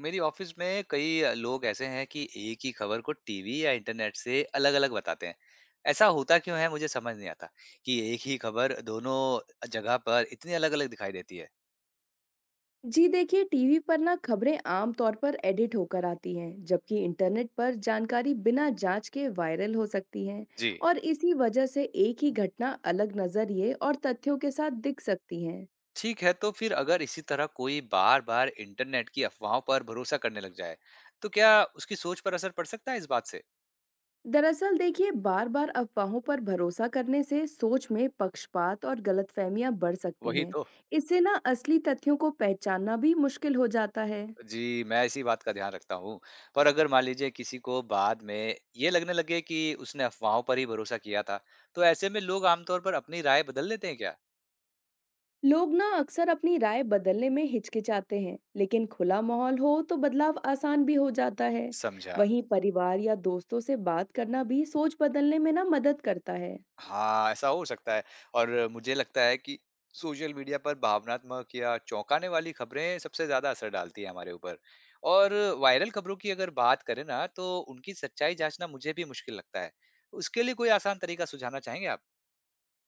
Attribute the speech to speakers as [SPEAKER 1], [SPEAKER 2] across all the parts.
[SPEAKER 1] मेरी ऑफिस में कई लोग ऐसे हैं कि एक ही खबर को टीवी या इंटरनेट से अलग-अलग बताते हैं। ऐसा होता क्यों है मुझे समझ नहीं आता कि एक ही खबर दोनों जगह पर इतनी अलग-अलग दिखाई देती है।
[SPEAKER 2] जी देखिए, टीवी पर ना खबरें आमतौर पर एडिट होकर आती हैं, जबकि इंटरनेट पर जानकारी बिना जांच के वायरल हो सकती है।
[SPEAKER 1] जी,
[SPEAKER 2] और इसी वजह से एक ही घटना अलग नजरिए और तथ्यों के साथ दिख सकती है।
[SPEAKER 1] ठीक है तो फिर अगर इसी तरह कोई बार-बार इंटरनेट की अफवाहों पर भरोसा करने लग जाए, तो क्या उसकी सोच पर असर पड़ सकता है इस बात से?
[SPEAKER 2] दरअसल देखिए, बार बार अफवाहों पर भरोसा करने से सोच में पक्षपात और गलतफहमियां बढ़ सकती
[SPEAKER 1] वही
[SPEAKER 2] हैं।
[SPEAKER 1] तो।
[SPEAKER 2] इससे ना असली तथ्यों को पहचानना भी मुश्किल हो जाता है।
[SPEAKER 1] जी, मैं इसी बात का ध्यान रखता हूँ। पर अगर मान लीजिए किसी को बाद में ये लगने लगे कि उसने अफ़वाहों पर ही भरोसा किया था, तो ऐसे में लोग आम तौर पर अपनी राय बदल लेते हैं क्या?
[SPEAKER 2] लोग ना अक्सर अपनी राय बदलने में हिचकिचाते हैं, लेकिन खुला माहौल हो तो बदलाव आसान भी हो जाता है।
[SPEAKER 1] समझा।
[SPEAKER 2] वहीं परिवार या दोस्तों से बात करना भी सोच बदलने में ना मदद करता है।
[SPEAKER 1] हाँ, ऐसा हो सकता है और मुझे लगता है कि सोशल मीडिया पर भावनात्मक या चौंकाने वाली ख़बरें सबसे ज़्यादा असर डालती हैं हमारे ऊपर। और वायरल ख़बरों की अगर बात करें ना, तो उनकी सच्चाई जाँचना मुझे भी मुश्किल लगता है। उसके लिए कोई आसान तरीका सुझाना चाहेंगे आप?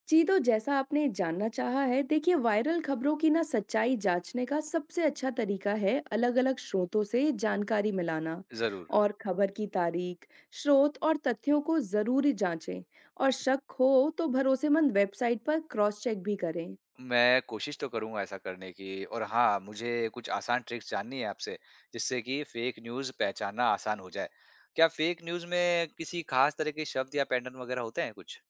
[SPEAKER 2] जी, तो जैसा आपने जानना चाहा है, देखिए वायरल खबरों की ना सच्चाई जांचने का सबसे अच्छा तरीका है अलग-अलग स्रोतों से जानकारी मिलाना।
[SPEAKER 1] ज़रूर।
[SPEAKER 2] और खबर की तारीख, स्रोत और तथ्यों को जरूर जांचें। और शक हो तो भरोसेमंद वेबसाइट पर क्रॉस चेक भी करें।
[SPEAKER 1] मैं कोशिश तो करूँगा ऐसा करने की और हाँ, मुझे कुछ आसान ट्रिक्स जाननी है आपसे, जिससे कि फ़ेक न्यूज़ पहचानना आसान हो जाए। क्या फ़ेक न्यूज़ में किसी खास तरह के शब्द या पैटर्न वगैरह होते हैं कुछ?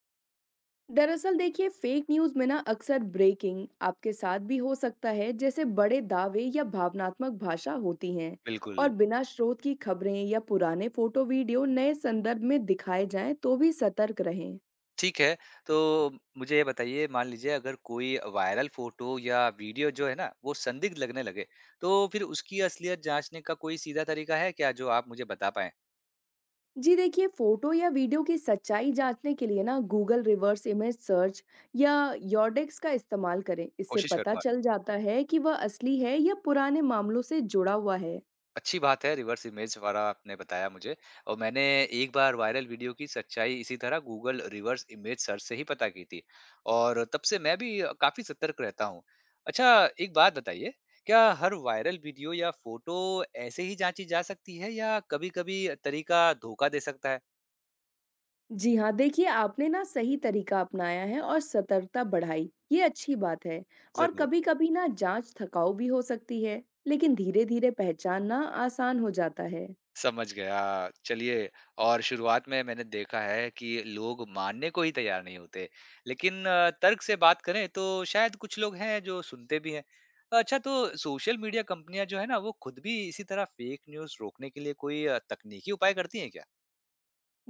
[SPEAKER 2] दरअसल देखिए, फेक न्यूज में ना अक्सर ब्रेकिंग आपके साथ भी हो सकता है, जैसे बड़े दावे या भावनात्मक भाषा होती हैं। और
[SPEAKER 1] बिल्कुल,
[SPEAKER 2] बिना स्रोत की खबरें या पुराने फोटो वीडियो नए संदर्भ में दिखाए जाएं तो भी सतर्क रहें।
[SPEAKER 1] ठीक है। तो मुझे ये बताइए मान लीजिए अगर कोई वायरल फ़ोटो या वीडियो जो है ना, वो संदिग्ध लगने लगे, तो फिर उसकी असलियत जाँचने का कोई सीधा तरीका है क्या जो आप मुझे बता पाएँ?
[SPEAKER 2] जी देखिए, फोटो या वीडियो की सच्चाई जांचने के लिए ना गूगल रिवर्स इमेज सर्च या योरडेक्स का इस्तेमाल करें। इससे
[SPEAKER 1] कोशिश
[SPEAKER 2] पता
[SPEAKER 1] करूँगा।
[SPEAKER 2] चल जाता है कि वह असली है या पुराने मामलों से जुड़ा हुआ है।
[SPEAKER 1] अच्छी बात है, रिवर्स इमेज वाला आपने बताया मुझे और मैंने एक बार वायरल वीडियो की सच्चाई इसी तरह गूगल रिवर्स इमेज सर्च से ही पता की थी और तब से मैं भी काफ़ी सतर्क रहता हूँ। अच्छा, एक बात बताइए, क्या हर वायरल वीडियो या फ़ोटो ऐसे ही जाँची जा सकती है या कभी-कभी तरीका धोखा दे सकता है?
[SPEAKER 2] जी हाँ, देखिए आपने ना सही तरीका अपनाया है और सतर्कता बढ़ाई, ये अच्छी बात है। और
[SPEAKER 1] ज़रूर।
[SPEAKER 2] कभी-कभी ना जांच थकाऊ भी हो सकती है, लेकिन धीरे-धीरे पहचानना आसान हो जाता है।
[SPEAKER 1] समझ गया। चलिए और शुरुआत में मैंने देखा है कि लोग मानने को ही तैयार नहीं होते। लेकिन तर्क से बात करें तो शायद कुछ लोग हैं जो सुनते भी हैं। अच्छा तो सोशल मीडिया कंपनियाँ जो है ना वो खुद भी इसी तरह फेक न्यूज़ रोकने के लिए कोई तकनीकी उपाय करती हैं क्या?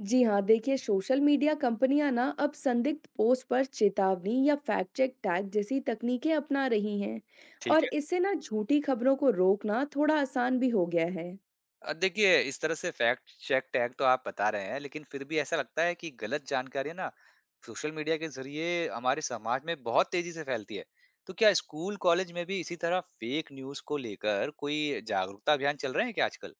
[SPEAKER 2] जी हाँ, देखिए सोशल मीडिया कंपनियां ना अब संदिग्ध पोस्ट पर चेतावनी या फैक्ट चेक टैग जैसी तकनीकें अपना रही हैं।
[SPEAKER 1] ठीक
[SPEAKER 2] और
[SPEAKER 1] है।
[SPEAKER 2] इससे ना झूठी खबरों को रोकना थोड़ा आसान भी हो गया है।
[SPEAKER 1] देखिए इस तरह से फैक्ट चेक टैग तो आप बता रहे हैं लेकिन फिर भी ऐसा लगता है कि गलत जानकारी ना सोशल मीडिया के जरिए हमारे समाज में बहुत तेजी से फैलती है। तो क्या स्कूल कॉलेज में भी इसी तरह फेक न्यूज़ को लेकर कोई जागरूकता अभियान चल रहे हैं क्या आजकल?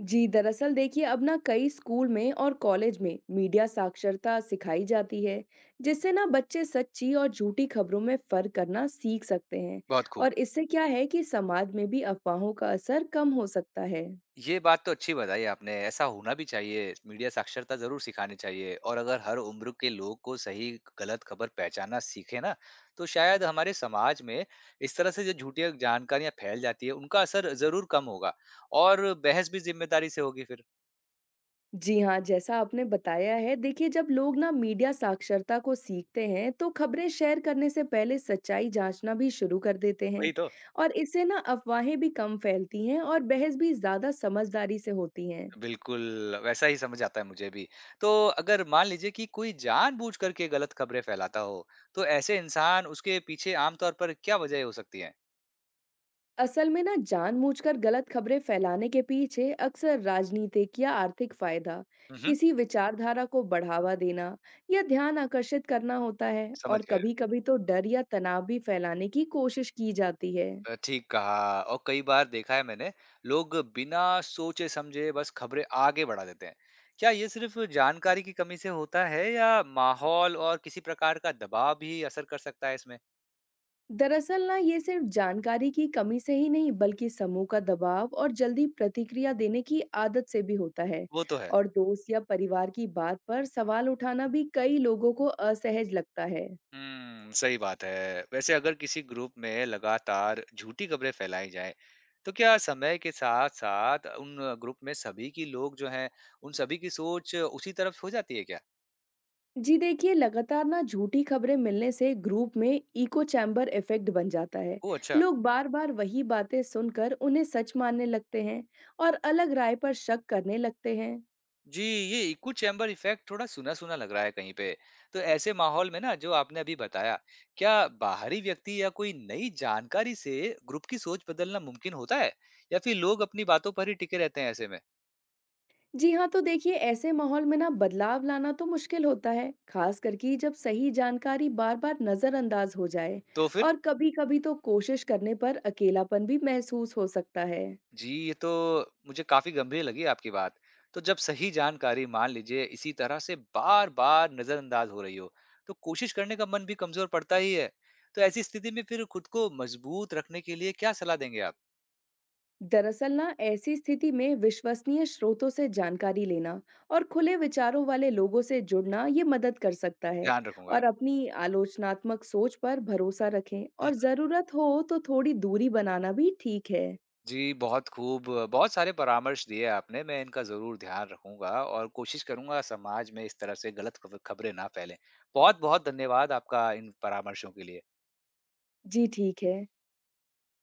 [SPEAKER 2] जी, दरअसल देखिए, अब ना कई स्कूल में और कॉलेज में मीडिया साक्षरता सिखाई जाती है, जिससे ना बच्चे सच्ची और झूठी खबरों में फर्क करना सीख सकते हैं।
[SPEAKER 1] बहुत खूब।
[SPEAKER 2] और इससे क्या है कि समाज में भी अफवाहों का असर कम हो सकता है।
[SPEAKER 1] ये बात तो अच्छी बताई आपने। ऐसा होना भी चाहिए, मीडिया साक्षरता ज़रूर सिखानी चाहिए और अगर हर उम्र के लोग को सही-गलत खबर पहचानना सीखे ना, तो शायद हमारे समाज में इस तरह से जो झूठी जानकारियाँ फैल जाती है, उनका असर ज़रूर कम होगा और बहस भी ज़िम्मेदारी से होगी फिर।
[SPEAKER 2] जी हाँ, जैसा आपने बताया है, देखिए जब लोग ना मीडिया साक्षरता को सीखते हैं तो खबरें शेयर करने से पहले सच्चाई जांचना भी शुरू कर देते हैं।
[SPEAKER 1] वही तो।
[SPEAKER 2] और इससे ना अफवाहें भी कम फैलती हैं और बहस भी ज्यादा समझदारी से होती हैं।
[SPEAKER 1] बिल्कुल, वैसा ही समझ आता है मुझे भी। तो अगर मान लीजिए कि कोई जानबूझकर के गलत खबरें फैलाता हो, तो ऐसे इंसान उसके पीछे आम तौर पर क्या वजह हो सकती है?
[SPEAKER 2] असल में ना जानबूझकर गलत खबरें फैलाने के पीछे अक्सर राजनीतिक या आर्थिक फायदा,
[SPEAKER 1] हुँ, हुँ।
[SPEAKER 2] किसी विचारधारा को बढ़ावा देना या ध्यान आकर्षित करना होता है।
[SPEAKER 1] समझ
[SPEAKER 2] और
[SPEAKER 1] गया।
[SPEAKER 2] कभी-कभी तो डर या तनाव भी फैलाने की कोशिश की जाती है।
[SPEAKER 1] ठीक कहा और कई बार देखा है मैंने, लोग बिना सोचे समझे बस खबरें आगे बढ़ा देते हैं। क्या ये सिर्फ़ जानकारी की कमी से होता है या माहौल और किसी प्रकार का दबाव भी असर कर सकता है इसमें?
[SPEAKER 2] दरअसल ना, ये सिर्फ जानकारी की कमी से ही नहीं बल्कि समूह का दबाव और जल्दी प्रतिक्रिया देने की आदत से भी होता है।
[SPEAKER 1] वो तो है।
[SPEAKER 2] और दोस्त या परिवार की बात पर सवाल उठाना भी कई लोगों को असहज लगता है।
[SPEAKER 1] हुँ, सही बात है। वैसे अगर किसी ग्रुप में लगातार झूठी खबरें फैलाई जाएँ, तो क्या समय के साथ-साथ उन ग्रुप में सभी की लोग जो हैं, उन सभी की सोच उसी तरफ हो जाती है क्या?
[SPEAKER 2] जी देखिए, लगातार ना झूठी खबरें मिलने से ग्रुप में इको चैम्बर इफेक्ट बन जाता है।
[SPEAKER 1] ओह अच्छा।
[SPEAKER 2] लोग बार बार वही बातें सुनकर उन्हें सच मानने लगते हैं और अलग राय पर शक करने लगते हैं।
[SPEAKER 1] जी, ये इको चैम्बर इफ़ेक्ट थोड़ा सुना-सुना लग रहा है कहीं पे। तो ऐसे माहौल में ना, जो आपने अभी बताया, क्या बाहरी व्यक्ति या कोई नई जानकारी से ग्रुप की सोच बदलना मुमकिन होता है? या फिर लोग अपनी बातों पर ही टिके रहते हैं ऐसे में?
[SPEAKER 2] जी हाँ, तो देखिए ऐसे माहौल में ना बदलाव लाना तो मुश्किल होता है, खास करके जब सही जानकारी बार बार नजरअंदाज हो जाए।
[SPEAKER 1] तो फिर?
[SPEAKER 2] और कभी कभी तो कोशिश करने पर अकेलापन भी महसूस हो सकता है।
[SPEAKER 1] जी, ये तो मुझे काफ़ी गंभीर लगी आपकी बात। तो जब सही जानकारी मान लीजिए इसी तरह से बार-बार नज़रअंदाज हो रही हो, तो कोशिश करने का मन भी कमज़ोर पड़ता ही है। तो ऐसी स्थिति में फिर खुद को मजबूत रखने के लिए क्या सलाह देंगे आप?
[SPEAKER 2] दरअसल ना, ऐसी स्थिति में विश्वसनीय स्रोतों से जानकारी लेना और खुले विचारों वाले लोगों से जुड़ना ये मदद कर सकता है।
[SPEAKER 1] ध्यान रखूँगा।
[SPEAKER 2] और अपनी आलोचनात्मक सोच पर भरोसा रखें और जरूरत हो तो थोड़ी दूरी बनाना भी ठीक है।
[SPEAKER 1] जी, बहुत खूब। बहुत सारे परामर्श दिए आपने, मैं इनका ज़रूर ध्यान रखूँगा और कोशिश करूँगा समाज में इस तरह से गलत ख़बरें ना फैलें। बहुत-बहुत धन्यवाद आपका इन परामर्शों के लिए।
[SPEAKER 2] जी ठीक है।